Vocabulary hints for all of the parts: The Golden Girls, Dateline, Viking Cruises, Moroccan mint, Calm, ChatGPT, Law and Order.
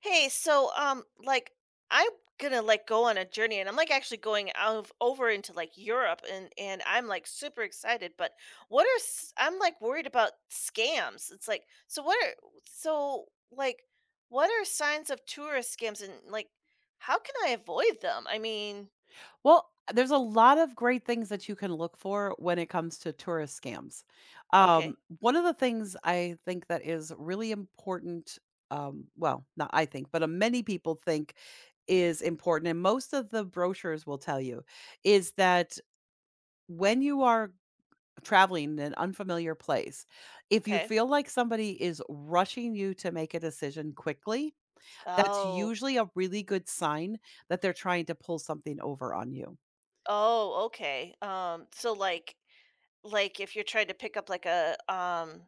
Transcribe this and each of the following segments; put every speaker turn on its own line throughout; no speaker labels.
Hey, so like I'm gonna like go on a journey and I'm like actually going out over into like Europe and I'm like super excited, but I'm like worried about scams. It's like so what are so like what are signs of tourist scams and like how can I avoid them? I mean,
Well, there's a lot of great things that you can look for when it comes to tourist scams.
okay.
One of the things I think that is really important, well, not I think, but many people think is important, and most of the brochures will tell you, is that when you are traveling in an unfamiliar place, if you
Okay.
feel like somebody is rushing you to make a decision quickly, that's
Oh.
usually a really good sign that they're trying to pull something over on you.
Oh, okay. So like if you're trying to pick up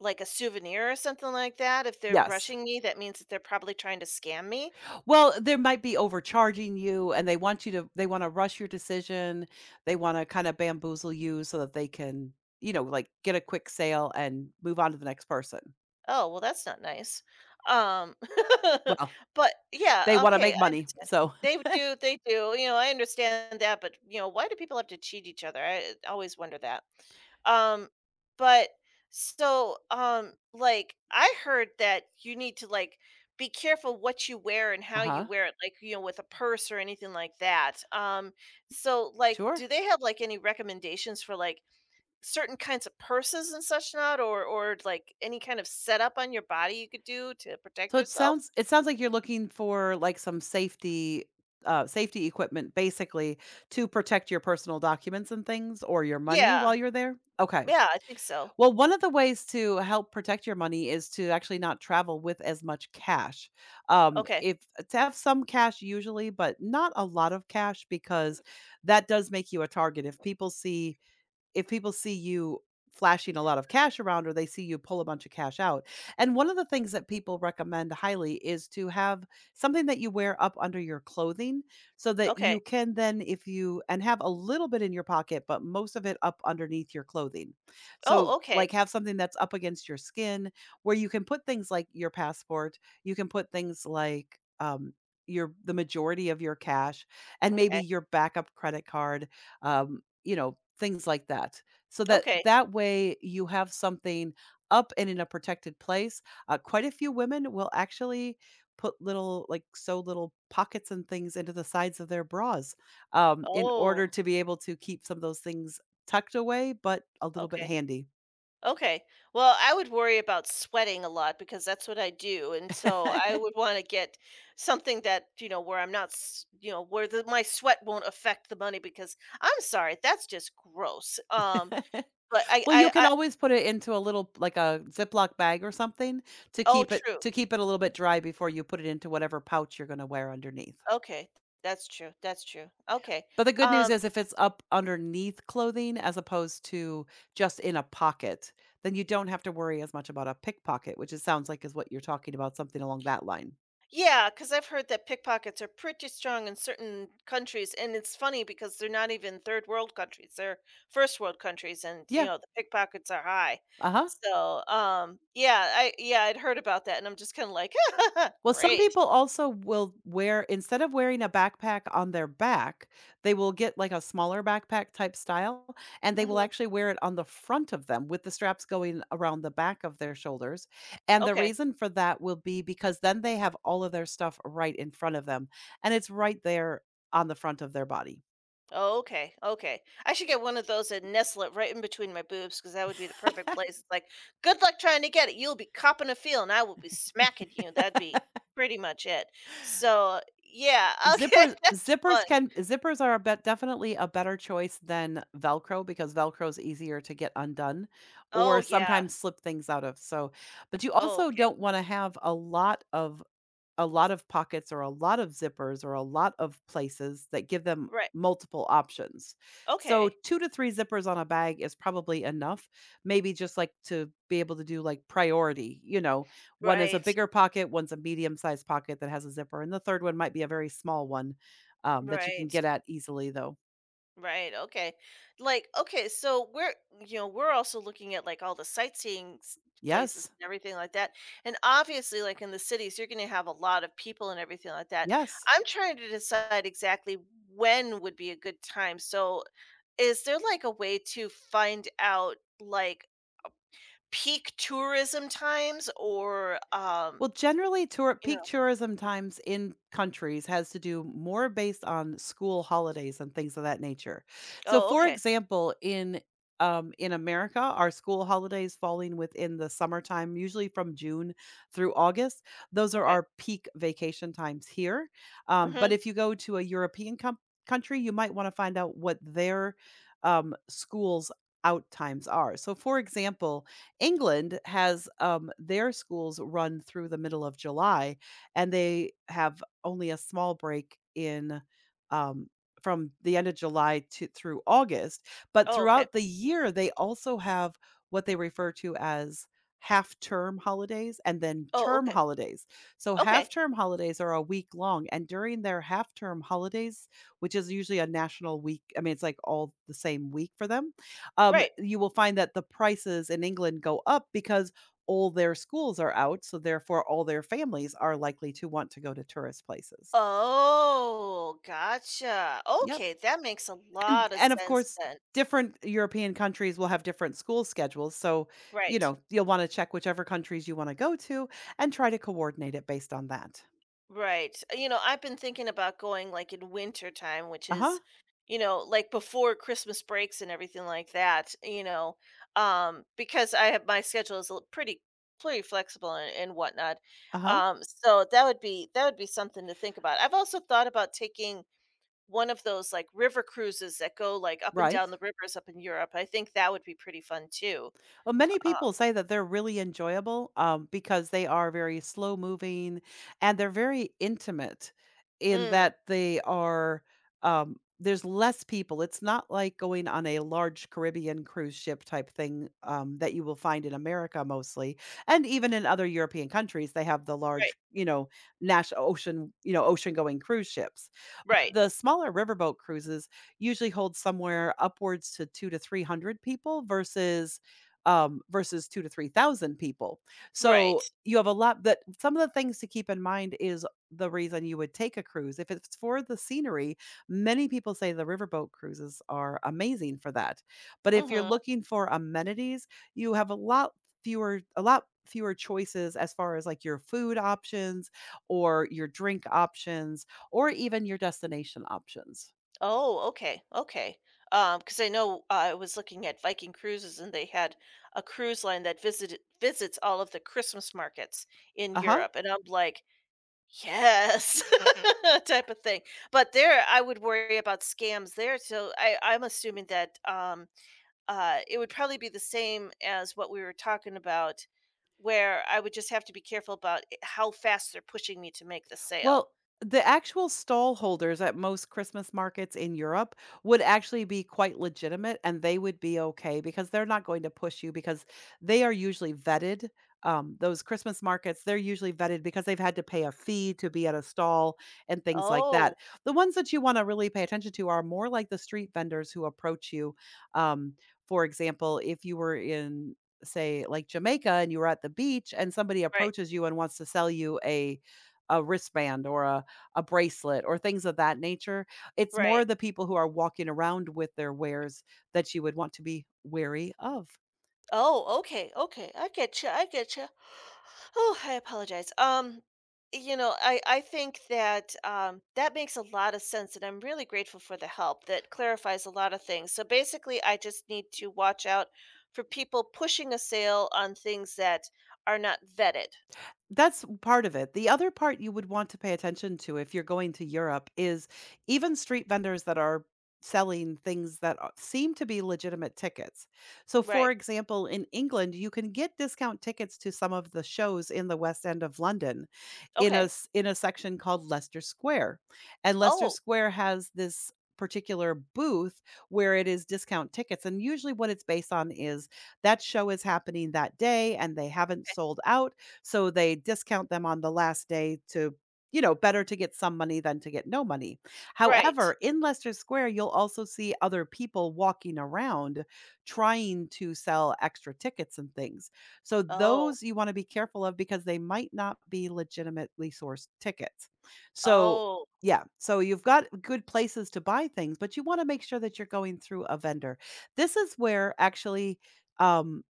like a souvenir or something like that, if they're
Yes.
rushing me, that means that they're probably trying to scam me.
Well, there might be overcharging you and they wanna rush your decision. They wanna kinda bamboozle you so that they can, you know, like, get a quick sale and move on to the next person.
Oh, well, that's not nice. Um,
Well,
but
they
yeah,
wanna
okay,
make
I
money,
understand.
so
They would do, they do. I understand that, but why do people have to cheat each other? I always wonder that. Um, but so, like, I heard that you need to, like, be careful what you wear and how you
Uh-huh.
wear it, like, with a purse or anything like that. So, like,
Sure.
do they have, like, any recommendations for, like, certain kinds of purses and such not, or like any kind of setup on your body you could do to
So
protect
it
yourself?
sounds it sounds like you're looking for like some safety equipment basically to protect your personal documents and things or your money while
Yeah.
you're there. Okay.
Yeah, I think so.
Well, one of the ways to help protect your money is to actually not travel with as much cash.
Okay.
If To have some cash usually, but not a lot of cash because that does make you a target if people see you flashing a lot of cash around or they see you pull a bunch of cash out. And one of the things that people recommend highly is to have something that you wear up under your clothing so that
Okay.
you can then if you and have a little bit in your pocket but most of it up underneath your clothing.
Oh,
So
okay.
like have something that's up against your skin where you can put things like your passport, you can put things like your the majority of your cash and maybe
Okay.
your backup credit card, um you know things like that. So that
Okay.
that way you have something up and in a protected place. Quite a few women will actually put little like sew little pockets and things into the sides of their bras, in order
Oh,
to be able to keep some of those things tucked away, but a little bit
okay.
handy.
Okay. Well, I would worry about sweating a lot because that's what I do. And so I would want to get something that, where I'm not, where my sweat won't affect the money because I'm sorry, that's just gross. But
Well, you can always put it into a little like a Ziploc bag or something
oh, true.
to keep it a little bit dry before you put it into whatever pouch you're gonna wear underneath.
Okay. That's true. That's true. Okay.
But the good news
Um,
is if it's up underneath clothing as opposed to just in a pocket, then you don't have to worry as much about a pickpocket, which it sounds like is what you're talking about, something along that line.
Yeah, because I've heard that pickpockets are pretty strong in certain countries, and it's funny because they're not even third world countries; they're first world countries, and you
Yeah,
know the pickpockets are high.
uh-huh.
So, yeah, I yeah, I'd heard about that, and I'm just kind of like,
Well, some
great.
people also will wear instead of wearing a backpack on their back, they will get like a smaller backpack type style, and they will
Hmm,
actually wear it on the front of them with the straps going around the back of their shoulders. And the
okay.
reason for that will be because then they have all of their stuff right in front of them, and it's right there on the front of their body.
Oh, okay, okay. I should get one of those and nestle it right in between my boobs because that would be the perfect place. It's like, good luck trying to get it. You'll be copping a feel, and I will be smacking you. That'd be pretty much it. So, yeah, okay,
Zippers
that's
zippers
fun.
can zippers are a bet definitely a better choice than Velcro because Velcro is easier to get undone
Oh,
or
yeah.
sometimes slip things out of, so but you
Oh,
also
okay.
don't wanna have a lot of pockets or a lot of zippers or a lot of places that give them
Right.
multiple options. So
Okay.
2 to 3 zippers on a bag is probably enough, maybe just, like, to be able to do, like, priority, you know? One is a
Right.
bigger pocket, one's a medium-sized pocket that has a zipper, and the third one might be a very small one, that you can
Right.
get at easily, though.
Right. Okay. Like, okay, so we're also looking at like all the sightseeing places
Yes.
and everything like that. And obviously, like in the cities, you're going to have a lot of people and everything like that.
Yes.
I'm trying to decide exactly when would be a good time. So, is there like a way to find out like peak tourism times or,
Well, generally, tour
you
peak
know,
tourism times in countries has to do more based on school holidays and things of that nature. So,
oh,
for
okay.
example, in America, our school holidays falling within the summertime, usually from June through August. Those are
Okay.
our peak vacation times here. But
Hmm.
if you go to a country, you might want to find out what their schools out times are. So, for example, England has, their schools run through the middle of July, and they have only a small break um, from the end of July to through August, but
Oh, okay.
throughout the year, they also have what they refer to as half-term holidays and then
Oh,
term
okay.
holidays. So
Okay.
half-term holidays are a week long, and during their half-term holidays, which is usually a national week, I mean, it's like all the same week for them,
Right.
you will find that the prices in England go up because all their schools are out, so therefore all their families are likely to want to go to tourist places.
Oh, gotcha.
Yep.
Okay, that makes a lot of
And of
sense
course,
then.
different European countries will have different school schedules, so, you
Right.
know, you'll wanna check whichever countries you wanna go to and try to coordinate it based on that.
Right. I've been thinking about going like in winter time, which
Uh-huh,
is, like before Christmas breaks and everything like that, because I have my schedule is pretty flexible and, whatnot.
uh-huh,
So that would be something to think about. I've also thought about taking one of those like river cruises that go like up and
right.
down the rivers up in Europe. I think that would be pretty fun too.
Well, many people say that they're really enjoyable, because they are very slow moving and they're very intimate in
Mm.
that they are, there's less people. It's not like going on a large Caribbean cruise ship type thing, that you will find in America mostly. And even in other European countries, they have the
Right.
large, you know, national ocean, you know, ocean going cruise ships. But
Right.
the smaller riverboat cruises usually hold somewhere upwards to two to 300 people versus two to 3,000 people. So
Right.
you have a lot that some of the things to keep in mind is the reason you would take a cruise. If it's for the scenery, many people say the riverboat cruises are amazing for that. But if you're
Mhm.
looking for amenities, you have a lot fewer choices as far as like your food options or your drink options or even your destination options.
Oh, okay. Okay. Because I know, I was looking at Viking Cruises and they had a cruise line that visited visits all of the Christmas markets in
Uh huh.
Europe, and I'm like, "Yes." type of thing. But there I would worry about scams there, so I'm assuming that, it would probably be the same as what we were talking about, where I would just have to be careful about I how fast they're pushing me to make the sale.
Well, the actual stall holders at most Christmas markets in Europe would actually be quite legitimate and they would be okay because they're not going to push you because they are usually vetted. Those Christmas markets, they're usually vetted because they've had to pay a fee to be at a stall and things like
Oh,
that. The ones that you want to really pay attention to are more like the street vendors who approach you. Um, for example, if you were in, say, like Jamaica and you were at the beach and somebody
right,
approaches you and wants to sell you a wristband or a bracelet or things of that nature. It's
right.
more the people who are walking around with their wares that you would want to be wary of.
Oh, okay, okay. I get you. I get you. Oh, I apologize. I think that makes a lot of sense, and I'm really grateful for the help that clarifies a lot of things. So basically, I just need to watch out for people pushing a sale on things that are not vetted.
That's part of it. The other part you would want to pay attention to if you're going to Europe is even street vendors that are selling things that a seem to be legitimate tickets. So, for
Right.
example, in England, you can get discount tickets to some of the shows in the West End of London
Okay.
in a section called Leicester Square, and Leicester
Oh,
Square has this particular booth where it is discount tickets, and usually what it's based on is that show is happening that day and they haven't
okay.
sold out, so they discount them on the last day to, you know, better to get some money than to get no money.
Right.
However, in Leicester Square, you'll also see other people walking around trying to sell extra tickets and things. So
Oh,
those you want to be careful of because they might not be legitimately sourced tickets. So
oh.
yeah, so you've got good places to buy things, but you want to make sure that you're going through a vendor. This is where actually um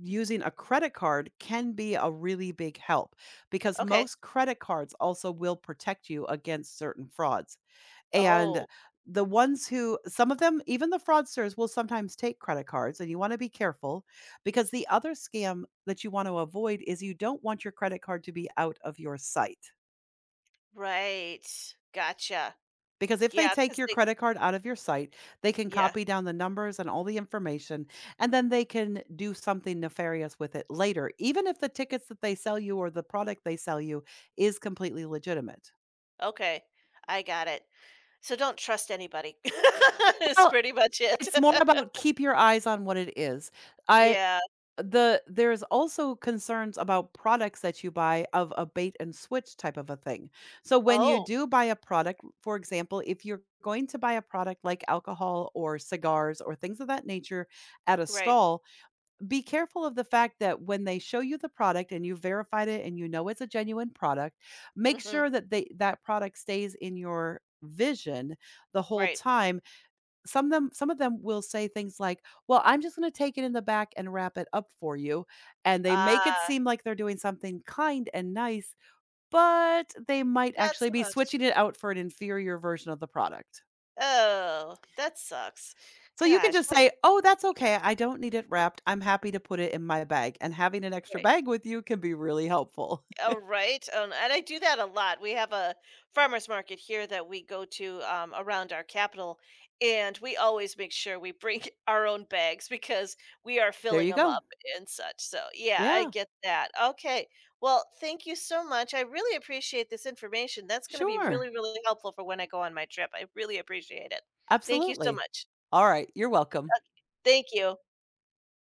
using a credit card can be a really big help because
Okay.
most credit cards also will protect you against certain frauds. And
Oh,
the ones who, some of them, even the fraudsters will sometimes take credit cards, and you want to be careful because the other scam that you want to avoid is you don't want your credit card to be out of your sight.
right. Gotcha.
Because if they
Yeah,
take
because
your
they.
credit card out of your site, they can
Yeah.
copy down the numbers and all the information, and then they can do something nefarious with it later, even if the tickets that they sell you or the product they sell you is completely legitimate.
Okay, I got it. So don't trust anybody. That's
Well,
pretty much it.
it's more about keep your eyes on what it is. I
Yeah.
The There's also concerns about products that you buy of a bait and switch type of a thing. So when you
Oh,
do buy a product, for example, if you're going to buy a product like alcohol or cigars or things of that nature at a
right.
stall, be careful of the fact that when they show you the product and you verified it and you know it's a genuine product, make
Mhm.
sure that they that product stays in your vision the whole
Right.
time. Some of them will say things like, "Well, I'm just gonna take it in the back and wrap it up for you," and they make it
Ah,
seem like they're doing something kind and nice, but they might
not
actually
so
be
much.
switching it out for an inferior version of the product.
Oh, that sucks.
So you can
Gosh,
just
wait,
say, "Oh, that's okay. I don't need it wrapped. I'm happy to put it in my bag," and having an extra
right.
bag with you can be really helpful.
All right. And I do that a lot. We have a farmers market here that we go to around our capital, and we always make sure we bring our own bags because we are
There
filling
you
them
go.
up and such. So, yeah, I
Yeah.
get that. Okay. Well, thank you so much. I really appreciate this information. That's going to be really,
Sure.
really helpful for when I go on my trip. I really appreciate it. Thank you so
Absolutely.
much.
All right. You're welcome.
Thank you.